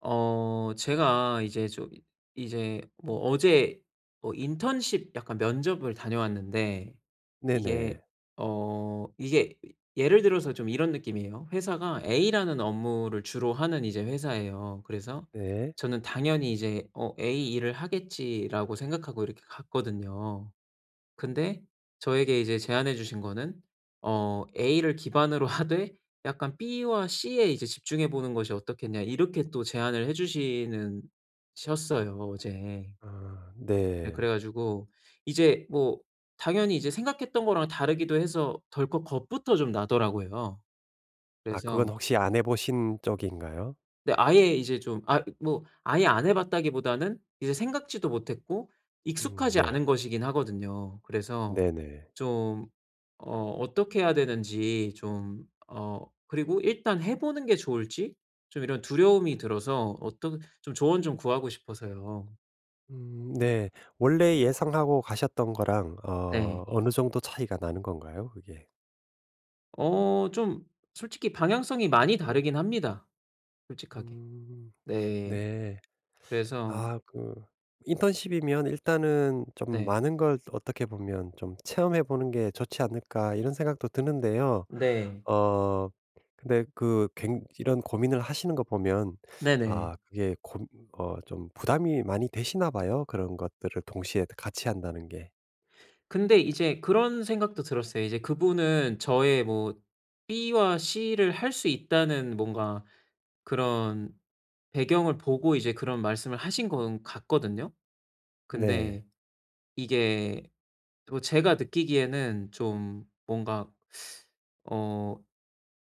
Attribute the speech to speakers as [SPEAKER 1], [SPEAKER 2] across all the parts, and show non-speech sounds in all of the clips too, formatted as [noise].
[SPEAKER 1] 제가 이제 좀 이 이제 뭐 어제 뭐 인턴십 약간 면접을 다녀왔는데 이게
[SPEAKER 2] 네네.
[SPEAKER 1] 이게 예를 들어서 좀 이런 느낌이에요. 회사가 A라는 업무를 주로 하는 이제 회사예요. 그래서
[SPEAKER 2] 네.
[SPEAKER 1] 저는 당연히 이제 '어 A 일을 하겠지.'라고 생각하고 이렇게 갔거든요. 근데 저에게 이제 제안해 주신 거는 "A를 기반으로 [laughs] 하되 약간 B와 C에 이제 집중해 보는 것이 어떻겠냐." 이렇게 또 제안을 해 주시는 셨어요 어제.
[SPEAKER 2] 아
[SPEAKER 1] 네,
[SPEAKER 2] 네.
[SPEAKER 1] 그래 가지고 이제 뭐 당연히 이제 생각했던 거랑 다르기도 해서 덜컥 겁부터 좀 나더라고요.
[SPEAKER 2] 아 그건
[SPEAKER 1] 그래서
[SPEAKER 2] 혹시 안 해 보신 쪽인가요?
[SPEAKER 1] 근데 아예 이제 좀 뭐 아예 안 해 봤다기보다는 이제 생각지도 못했고 익숙하지 않은
[SPEAKER 2] 네.
[SPEAKER 1] 것이긴 하거든요. 그래서
[SPEAKER 2] 네네.
[SPEAKER 1] 좀 어떻게 해야 되는지 좀 그리고 일단 해 보는 게 좋을지 좀 이런 두려움이 들어서 어떻 좀 조언 좀 구하고 싶어서요.
[SPEAKER 2] 네. 원래 예상하고 가셨던 거랑 어
[SPEAKER 1] 네.
[SPEAKER 2] 어느 정도 차이가 나는 건가요, 그게?
[SPEAKER 1] 좀 솔직히 방향성이 많이 다르긴 합니다 솔직하게.
[SPEAKER 2] 음
[SPEAKER 1] 네.
[SPEAKER 2] 네.
[SPEAKER 1] 그래서
[SPEAKER 2] 아 그 인턴십이면 일단은 좀
[SPEAKER 1] 네.
[SPEAKER 2] 많은 걸 어떻게 보면 좀 '체험해 보는 게 좋지 않을까.' 이런 생각도 드는데요.
[SPEAKER 1] 네.
[SPEAKER 2] 어 근데 그 굉 이런 고민을 하시는 거 보면,
[SPEAKER 1] 네네.
[SPEAKER 2] 아 그게 고 어 좀 부담이 많이 되시나 봐요. 그런 것들을 동시에 같이 한다는 게.
[SPEAKER 1] 근데 이제 그런 생각도 들었어요. 이제 그분은 저의 뭐 B와 C를 할 수 있다는 뭔가 그런 배경을 보고 이제 그런 말씀을 하신 건 같거든요.
[SPEAKER 2] 네.
[SPEAKER 1] 근데 이게 뭐 제가 느끼기에는 좀 뭔가 어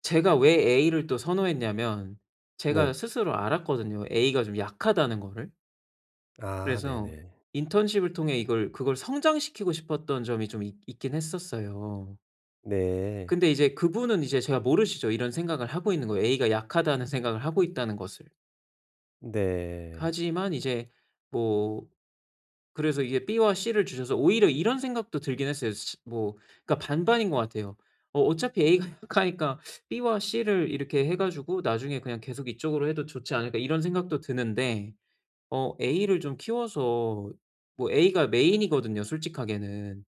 [SPEAKER 1] 제가 왜 A를 또 선호했냐면 제가
[SPEAKER 2] 네.
[SPEAKER 1] 스스로 알았거든요. A가 좀 약하다는 거를.
[SPEAKER 2] 아
[SPEAKER 1] 그래서
[SPEAKER 2] 네네.
[SPEAKER 1] 인턴십을 통해 이걸 그걸 성장시키고 싶었던 점이 좀 있 있긴 했었어요.
[SPEAKER 2] 네.
[SPEAKER 1] 근데 이제 그분은 이제 제가 모르시죠. 이런 생각을 하고 있는 거예요. A가 약하다는 생각을 하고 있다는 것을.
[SPEAKER 2] 네.
[SPEAKER 1] 하지만 이제 뭐 그래서 이게 B와 C를 주셔서 오히려 이런 생각도 들긴 했어요. 시 뭐 그러니까 반반인 것 같아요. 어차피 A가 [laughs] 약하니까 B와 C를 이렇게 해 가지고 '나중에 그냥 계속 이쪽으로 해도 좋지 않을까.' 이런 생각도 드는데 A를 좀 키워서 뭐 A가 메인이거든요 솔직하게는.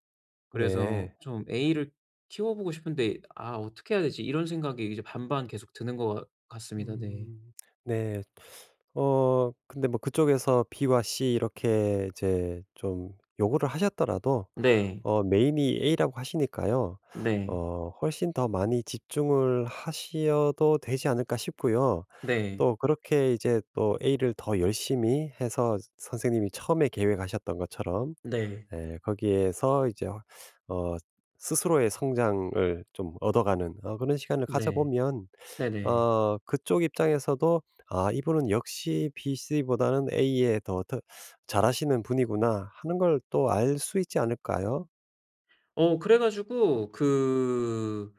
[SPEAKER 1] 그래서
[SPEAKER 2] 네.
[SPEAKER 1] 좀 a 를 키워보고 싶은데 '아 어떻게 해야 되지?' 이런 생각이 이제 반반 계속 드는 것 같 같습니다. 네.
[SPEAKER 2] 음. 네. 어 근데 뭐 그쪽에서 B와 C 이렇게 이제 좀 요구를 하셨더라도
[SPEAKER 1] 네.
[SPEAKER 2] 어 메인이 A라고 하시니까요.
[SPEAKER 1] 네.
[SPEAKER 2] 어 훨씬 더 많이 집중을 하셔도 되지 않을까 싶고요.
[SPEAKER 1] 네.
[SPEAKER 2] 또 그렇게 이제 또 A를 더 열심히 해서 선생님이 처음에 계획하셨던 것처럼,
[SPEAKER 1] 네.
[SPEAKER 2] 예 거기에서 이제 어 스스로의 성장을 좀 얻어가는 어 그런 시간을
[SPEAKER 1] 네.
[SPEAKER 2] 가져보면,
[SPEAKER 1] 네네.
[SPEAKER 2] 어 그쪽 입장에서도 '아 이분은 역시 B, C보다는 A에 더 더 잘하시는 분이구나.' 하는 걸 또 알 수 있지 않을까요?
[SPEAKER 1] 그래 가지고 그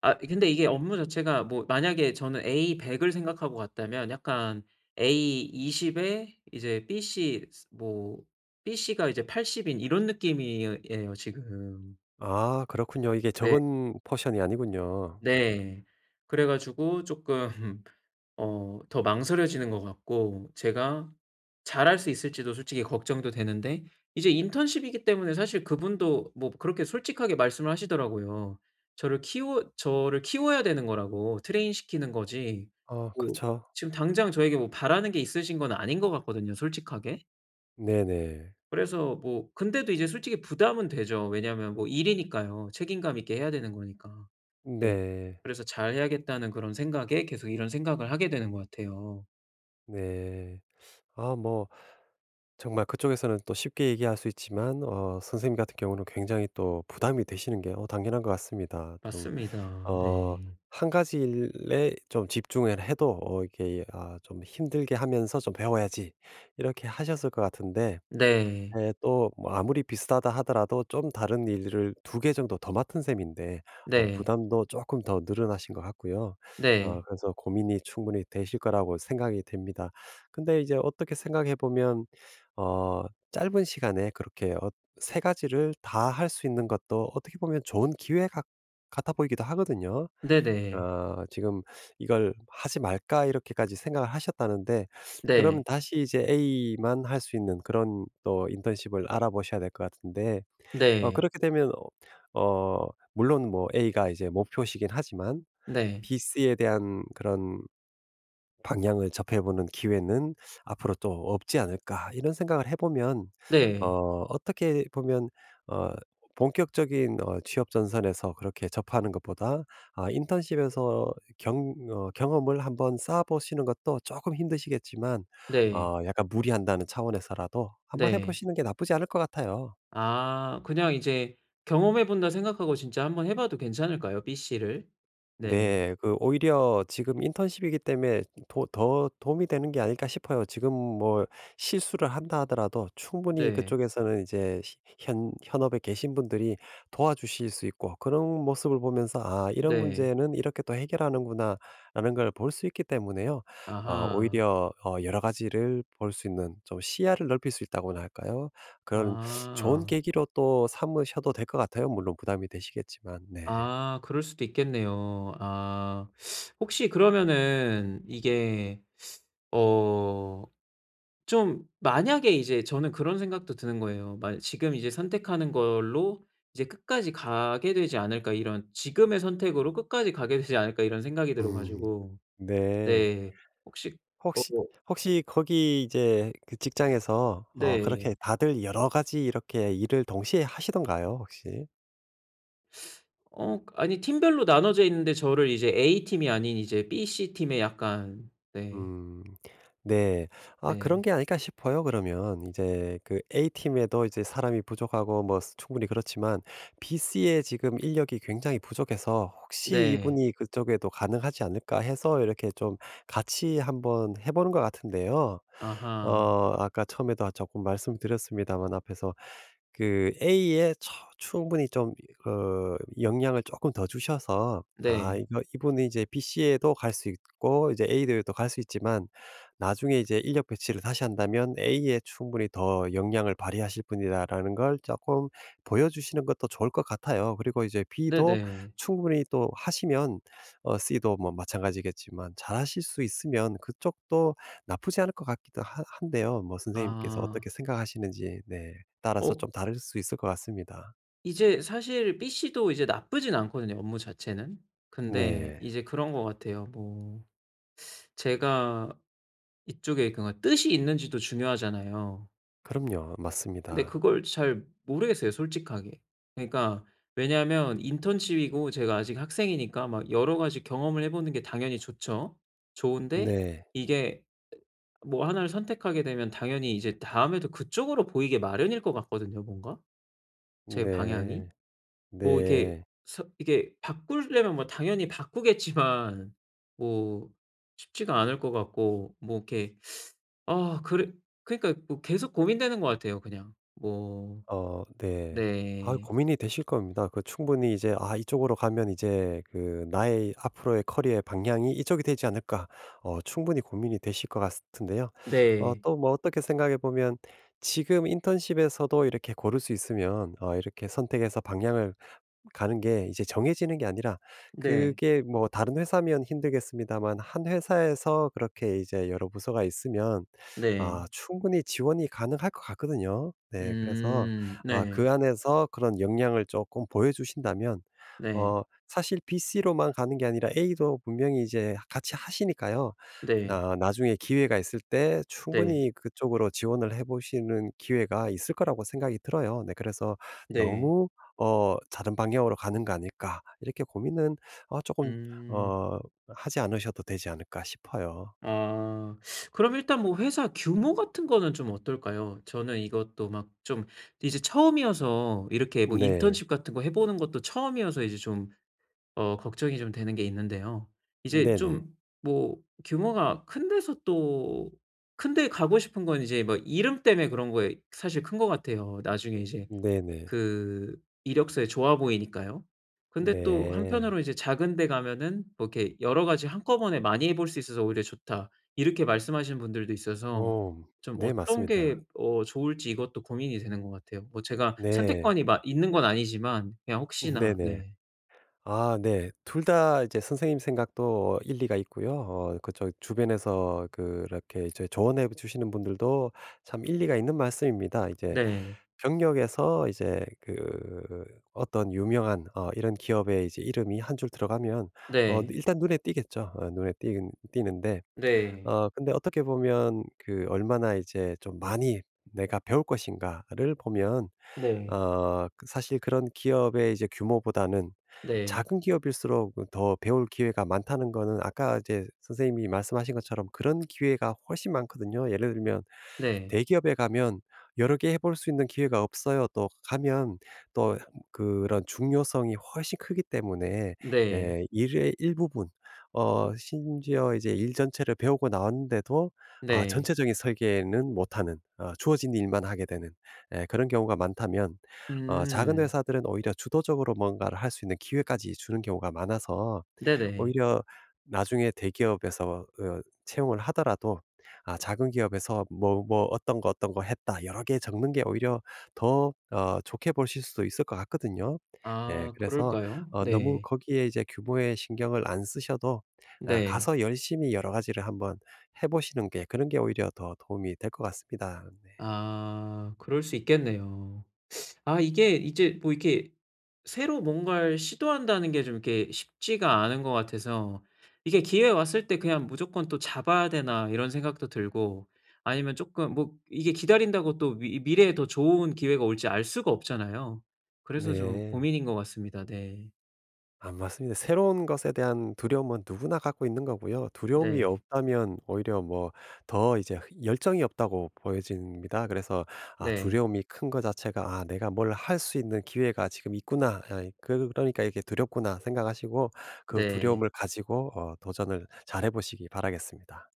[SPEAKER 1] 아 근데 이게 업무 자체가 뭐 만약에 저는 A 100을 생각하고 갔다면 약간 A 20에 이제 BC 스 뭐 BC가 이제 80인 이런 느낌이에 예요 지금.
[SPEAKER 2] 아 그렇군요. 이게
[SPEAKER 1] 네.
[SPEAKER 2] 적은 포션이 아니군요.
[SPEAKER 1] 네. 그래 가지고 쪼끔 [laughs] 더 망설여지는 것 같고 제가 잘할 수 있을지도 솔직히 걱정도 되는데 이제 인턴십이기 때문에 사실 그분도 뭐 그렇게 솔직하게 말씀을 하시더라고요. 저를 키워야 되는 거라고 트레인 시키는 거지
[SPEAKER 2] 어 그렇
[SPEAKER 1] 뭐
[SPEAKER 2] 죠
[SPEAKER 1] 지금 당장 저에게 뭐 바라는 게 있으신 건 아닌 것 같거든요 솔직하게.
[SPEAKER 2] 네네.
[SPEAKER 1] 그래서 뭐 근데도 이제 솔직히 부담은 되죠. 왜냐하면 뭐 일이니까요. 책임감 있게 해야 되는 거니까. 네.
[SPEAKER 2] 네.
[SPEAKER 1] 그래서 '잘해야겠다.'는 그런 생각에 계속 이런 생각을 하게 되는 것 같아요.
[SPEAKER 2] 네. 아 뭐 정말 그쪽에서는 또 쉽게 얘기할 수 있지만 어 선생님 같은 경우는 굉장히 또 부담이 되시는 게 어 당연한 것 같습니다. 좀
[SPEAKER 1] 맞습니다.
[SPEAKER 2] 어
[SPEAKER 1] 네.
[SPEAKER 2] 한 가지 일에 좀 집중을 해도, 어 이게 아 좀 '힘들게 하면서 좀 배워야지.' 이렇게 하셨을 것 같은데,
[SPEAKER 1] 네.
[SPEAKER 2] 예 또뭐 아무리 비슷하다 하더라도 좀 다른 일을 두 개 정도 더 맡은 셈인데 어
[SPEAKER 1] 네.
[SPEAKER 2] 부담도 조금 더 늘어나신 것 같고요. 어
[SPEAKER 1] 네.
[SPEAKER 2] 그래서 고민이 충분히 되실 거라고 생각이 됩니다. 근데 이제 어떻게 생각해 보면, 어 짧은 시간에 그렇게 어 세 가지를 다 할 수 있는 것도 어떻게 보면 좋은 기회 가 같아 보이기도 하거든요.
[SPEAKER 1] 네네.
[SPEAKER 2] 아 지금 '이걸 하지 말까?' 이렇게까지 생각을 하셨다는데, 그러면
[SPEAKER 1] 네.
[SPEAKER 2] 다시 이제 A만 할 수 있는 그런 또 인턴십을 알아보셔야 될 것 같은데, 어
[SPEAKER 1] 네.
[SPEAKER 2] 그렇게 되면 어 물론 뭐 A가 이제 목표시긴 하지만
[SPEAKER 1] 네.
[SPEAKER 2] B, C에 대한 그런 방향을 접해보는 기회는 앞으로 또 없지 않을까 이런 생각을 해보면, 어,
[SPEAKER 1] 네.
[SPEAKER 2] 어떻게 보면 어, 본격적인 취업 전선에서 그렇게 접하는 것보다, 인턴십에서 경험을 한번 쌓아보시는 것도 조금 힘드시겠지만,
[SPEAKER 1] 네.
[SPEAKER 2] 약간 무리한다는 차원에서라도 한번
[SPEAKER 1] 네.
[SPEAKER 2] 해보시는 게 나쁘지 않을 것 같아요.
[SPEAKER 1] 아 그냥 이제 '경험해 본다.' 생각하고 진짜 한번 해 봐도 괜찮을까요? B 씨를? 네.
[SPEAKER 2] 네. 그 오히려 지금 인턴십이기 때문에 도 더 도움이 되는 게 아닐까 싶어요. 지금 뭐 실수를 한다 하더라도 충분히
[SPEAKER 1] 네.
[SPEAKER 2] 그쪽에서는 이제 시 현 현업에 계신 분들이 도와주실 수 있고, 그런 모습을 보면서 '아 이런
[SPEAKER 1] 네.
[SPEAKER 2] 문제는 이렇게 또 해결하는구나.'라는 걸 볼 수 있기 때문에요. 아
[SPEAKER 1] 아하.
[SPEAKER 2] 오히려 어 여러 가지를 볼 수 있는 좀 시야를 넓힐 수 있다고나 할까요? 그런 좋은
[SPEAKER 1] 아.
[SPEAKER 2] 계기로 또 삼으셔도 될 것 같아요, 물론 부담이 되시겠지만. 네.
[SPEAKER 1] 아 그럴 수도 있겠네요. 아 혹시 그러면은 이게 어 좀 만약에 이제 저는 그런 생각도 드는 거예요. 만 '지금 이제 선택하는 걸로 이제 끝까지 가게 되지 않을까.' 이런 '지금의 선택으로 끝까지 가게 되지 않을까.' 이런 생각이 들어
[SPEAKER 2] 음.
[SPEAKER 1] 가지고
[SPEAKER 2] 네.
[SPEAKER 1] 네. 혹시 어
[SPEAKER 2] 혹시 혹시 거기 이제 그 직장에서 어
[SPEAKER 1] 네.
[SPEAKER 2] 그렇게 다들 여러 가지 이렇게 일을 동시에 하시던가요, 혹시?
[SPEAKER 1] 아니 팀별로 나눠져 있는데 저를 이제 A팀이 아닌 이제 B, C팀에 약간 네.
[SPEAKER 2] 음. 네. 아 그런
[SPEAKER 1] 네.
[SPEAKER 2] 게 아닐까 싶어요 그러면. 이제 그 A팀에도 이제 사람이 부족하고 뭐 스 충분히 그렇지만, B씨에 지금 인력이 굉장히 부족해서 '혹시
[SPEAKER 1] 네.
[SPEAKER 2] 이분이 그쪽에도 가능하지 않을까?' 해서 이렇게 좀 같이 한번 해 보는 것 같은데요. 어
[SPEAKER 1] 아하.
[SPEAKER 2] 아까 처음에도 아 조금 말씀드렸습니다만 앞에서, 그 A에 처 충분히 좀 어 영향을 조금 더 주셔서 '아
[SPEAKER 1] 네.
[SPEAKER 2] 이거 이분은 이제 BC에도 갈 수 있고 이제 A에도 갈 수 있지만, 나중에 이제 인력 배치를 다시 한다면 A에 충분히 더 영향을 발휘하실 분이다'라는 걸 조금 보여주시는 것도 좋을 것 같아요. 그리고 이제 B도
[SPEAKER 1] 네네.
[SPEAKER 2] 충분히 또 하시면 어 C도 뭐 마찬가지겠지만 잘하실 수 있으면 그쪽도 나쁘지 않을 것 같기도 하 한데요. 뭐 선생님께서
[SPEAKER 1] 아.
[SPEAKER 2] 어떻게 생각하시는지 네 따라서
[SPEAKER 1] 어
[SPEAKER 2] 좀 다를 수 있을 것 같습니다.
[SPEAKER 1] 이제 사실 PC도 이제 나쁘진 않거든요, 업무 자체는. 근데
[SPEAKER 2] 네.
[SPEAKER 1] 이제 그런 것 같아요. 뭐 제가 이쪽에 그니까 뜻이 있는지도 중요하잖아요.
[SPEAKER 2] 그럼요.
[SPEAKER 1] 근데
[SPEAKER 2] 맞습니다.
[SPEAKER 1] 그걸 잘 모르겠어요, 솔직하게. 그러니까 왜냐하면 인턴십이고 제가 아직 학생이니까 막 여러 가지 경험을 해 보는 게 당연히 좋죠. 좋은데
[SPEAKER 2] 네.
[SPEAKER 1] 이게 뭐 하나를 선택하게 되면 당연히 이제 다음에도 그쪽으로 보이게 마련일 것 같거든요, 뭔가. 제 방향이?
[SPEAKER 2] 네.
[SPEAKER 1] 뭐 이렇게
[SPEAKER 2] 네.
[SPEAKER 1] 서 이게 바꾸려면 뭐 당연히 바꾸겠지만 뭐 쉽지가 않을 것 같고 뭐 이렇게 아 그래 그러니까 뭐 계속 고민되는 것 같아요 그냥. 뭐
[SPEAKER 2] 어 네. 아
[SPEAKER 1] 네.
[SPEAKER 2] 고민이 되실 겁니다. 그 충분히 이제 '아 이쪽으로 가면 이제 그 나의 앞으로의 커리어의 방향이 이쪽이 되지 않을까.' 어 충분히 고민이 되실 것 같은데요. 어
[SPEAKER 1] 네.
[SPEAKER 2] 또 뭐 어떻게 생각해 보면, 지금 인턴십에서도 이렇게 고를 수 있으면 어 이렇게 선택해서 방향을 가는 게 이제 정해지는 게 아니라,
[SPEAKER 1] 네.
[SPEAKER 2] 그게 뭐 다른 회사면 힘들겠습니다만 한 회사에서 그렇게 이제 여러 부서가 있으면 아
[SPEAKER 1] 네.
[SPEAKER 2] 충분히 지원이 가능할 것 같거든요. 네. 그래서
[SPEAKER 1] 음.
[SPEAKER 2] 아
[SPEAKER 1] 네.
[SPEAKER 2] 그 안에서 그런 역량을 조금 보여주신다면
[SPEAKER 1] 네.
[SPEAKER 2] 어 사실 BC로만 가는 게 아니라 A도 분명히 이제 같이 하시니까요.
[SPEAKER 1] 네.
[SPEAKER 2] 나 나중에 기회가 있을 때
[SPEAKER 1] 네.
[SPEAKER 2] 충분히 그쪽으로 지원을 해 보시는 기회가 있을 거라고 생각이 들어요. 네 그래서
[SPEAKER 1] 네.
[SPEAKER 2] '너무 어 다른 방향으로 가는 거 아닐까.' 이렇게 고민은 어금
[SPEAKER 1] 음.
[SPEAKER 2] 어 하지 않으셔도 되지 않을까 싶어요.
[SPEAKER 1] 아. 그럼 일단 뭐 회사 규모 같은 거는 좀 어떨까요? 저는 이것도 막 좀 이제 처음이어서 이렇게 뭐
[SPEAKER 2] 네.
[SPEAKER 1] 인턴십 같은 거 해 보는 것도 처음이어서 이제 좀 걱정이 좀 되는 게 있는데요. 이제
[SPEAKER 2] 네네.
[SPEAKER 1] 좀 뭐 규모가 큰 데서 또 큰데 가고 싶은 건 이제 뭐 이름 때문에 그런 거에 사실 큰 거 같아요. 나중에 이제
[SPEAKER 2] 네네.
[SPEAKER 1] 그 이력서에 좋아 보이니까요. 근데 또
[SPEAKER 2] 네.
[SPEAKER 1] 한편으로 이제 "작은 데 가면은 뭐 이렇게 여러 가지 한꺼번에 많이 해볼 수 있어서 오히려 좋다." 이렇게 말씀하시는 분들도 있어서
[SPEAKER 2] 오
[SPEAKER 1] 좀
[SPEAKER 2] 네
[SPEAKER 1] 어떤
[SPEAKER 2] 맞습니다.
[SPEAKER 1] 게 좋을지 이것도 고민이 되는 것 같아요. 뭐 제가
[SPEAKER 2] 네.
[SPEAKER 1] 선택권이 막 있는 건 아니지만 그냥 혹시나
[SPEAKER 2] 네네.
[SPEAKER 1] 네.
[SPEAKER 2] 아 네. 둘 다 이제 선생님 생각도 일리가 있고요. 어 그쪽 주변에서 그렇게 이제 조언해 주시는 분들도 참 일리가 있는 말씀입니다. 이제
[SPEAKER 1] 네.
[SPEAKER 2] 경력에서 이제 그 어떤 유명한 어 이런 기업의 이제 이름이 한 줄 들어가면 어
[SPEAKER 1] 네.
[SPEAKER 2] 일단 눈에 띄겠죠. 어 눈에 띄는 띄는데,
[SPEAKER 1] 네.
[SPEAKER 2] 어 근데 어떻게 보면 그 얼마나 이제 좀 많이 내가 배울 것인가를 보면,
[SPEAKER 1] 네.
[SPEAKER 2] 어 그 사실 그런 기업의 이제 규모보다는,
[SPEAKER 1] 네.
[SPEAKER 2] 작은 기업일수록 그 더 배울 기회가 많다는 거는 아까 이제 선생님이 말씀하신 것처럼 그런 기회가 훨씬 많거든요. 예를 들면
[SPEAKER 1] 네.
[SPEAKER 2] 대기업에 가면 여러 개 해볼 수 있는 기회가 없어요. 또 가면 또 그런 중요성이 훨씬 크기 때문에,
[SPEAKER 1] 네.
[SPEAKER 2] 예 일의 일부분 어 심지어 이제 일 전체를 배우고 나왔는데도 아
[SPEAKER 1] 네.
[SPEAKER 2] 전체적인 설계는 못하는, 아 주어진 일만 하게 되는, 예 그런 경우가 많다면, 어 작은
[SPEAKER 1] 음.
[SPEAKER 2] 회사들은 오히려 주도적으로 뭔가를 할 수 있는 기회까지 주는 경우가 많아서,
[SPEAKER 1] 네네.
[SPEAKER 2] 오히려 나중에 대기업에서 어 채용을 하더라도 아 작은 기업에서 뭐 뭐 어떤 거, 어떤 거 했다 여러 개 적는 게 오히려 더 어 좋게 보실 수도 있을 것 같거든요. 예
[SPEAKER 1] 아
[SPEAKER 2] 그래서
[SPEAKER 1] 그럴까요?
[SPEAKER 2] 어 너무
[SPEAKER 1] 네.
[SPEAKER 2] 거기에 이제 규모에 신경을 안 쓰셔도, 아
[SPEAKER 1] 네.
[SPEAKER 2] 가서 열심히 여러 가지를 한번 해 보시는 게, 그런 게 오히려 더 도움이 될 것 같습니다.
[SPEAKER 1] 아 그럴 수 있겠네요. 아 이게 이제 뭐 이렇게 새로 뭔가를 시도한다는 게 좀 이렇게 쉽지가 않은 것 같아서 이게 기회 왔을 때 그냥 '무조건 또 잡아야 되나.' 이런 생각도 들고 아니면 조금 뭐 이게 기다린다고 또 미 미래에 더 좋은 기회가 올지 알 수가 없잖아요. 그래서 좀
[SPEAKER 2] 네.
[SPEAKER 1] 고민인 것 같습니다. 네.
[SPEAKER 2] 아 맞습니다. 새로운 것에 대한 두려움은 누구나 갖고 있는 거고요. 두려움이
[SPEAKER 1] 네.
[SPEAKER 2] 없다면 오히려 뭐 더 이제 열정이 없다고 보여집니다. 그래서 아
[SPEAKER 1] 네.
[SPEAKER 2] 두려움이 큰 거 자체가 '아 내가 뭘 할 수 있는 기회가 지금 있구나. 아 그 그러니까 이게 두렵구나.' 생각하시고, 그
[SPEAKER 1] 네.
[SPEAKER 2] 두려움을 가지고 어 도전을 잘해 보시기 바라겠습니다.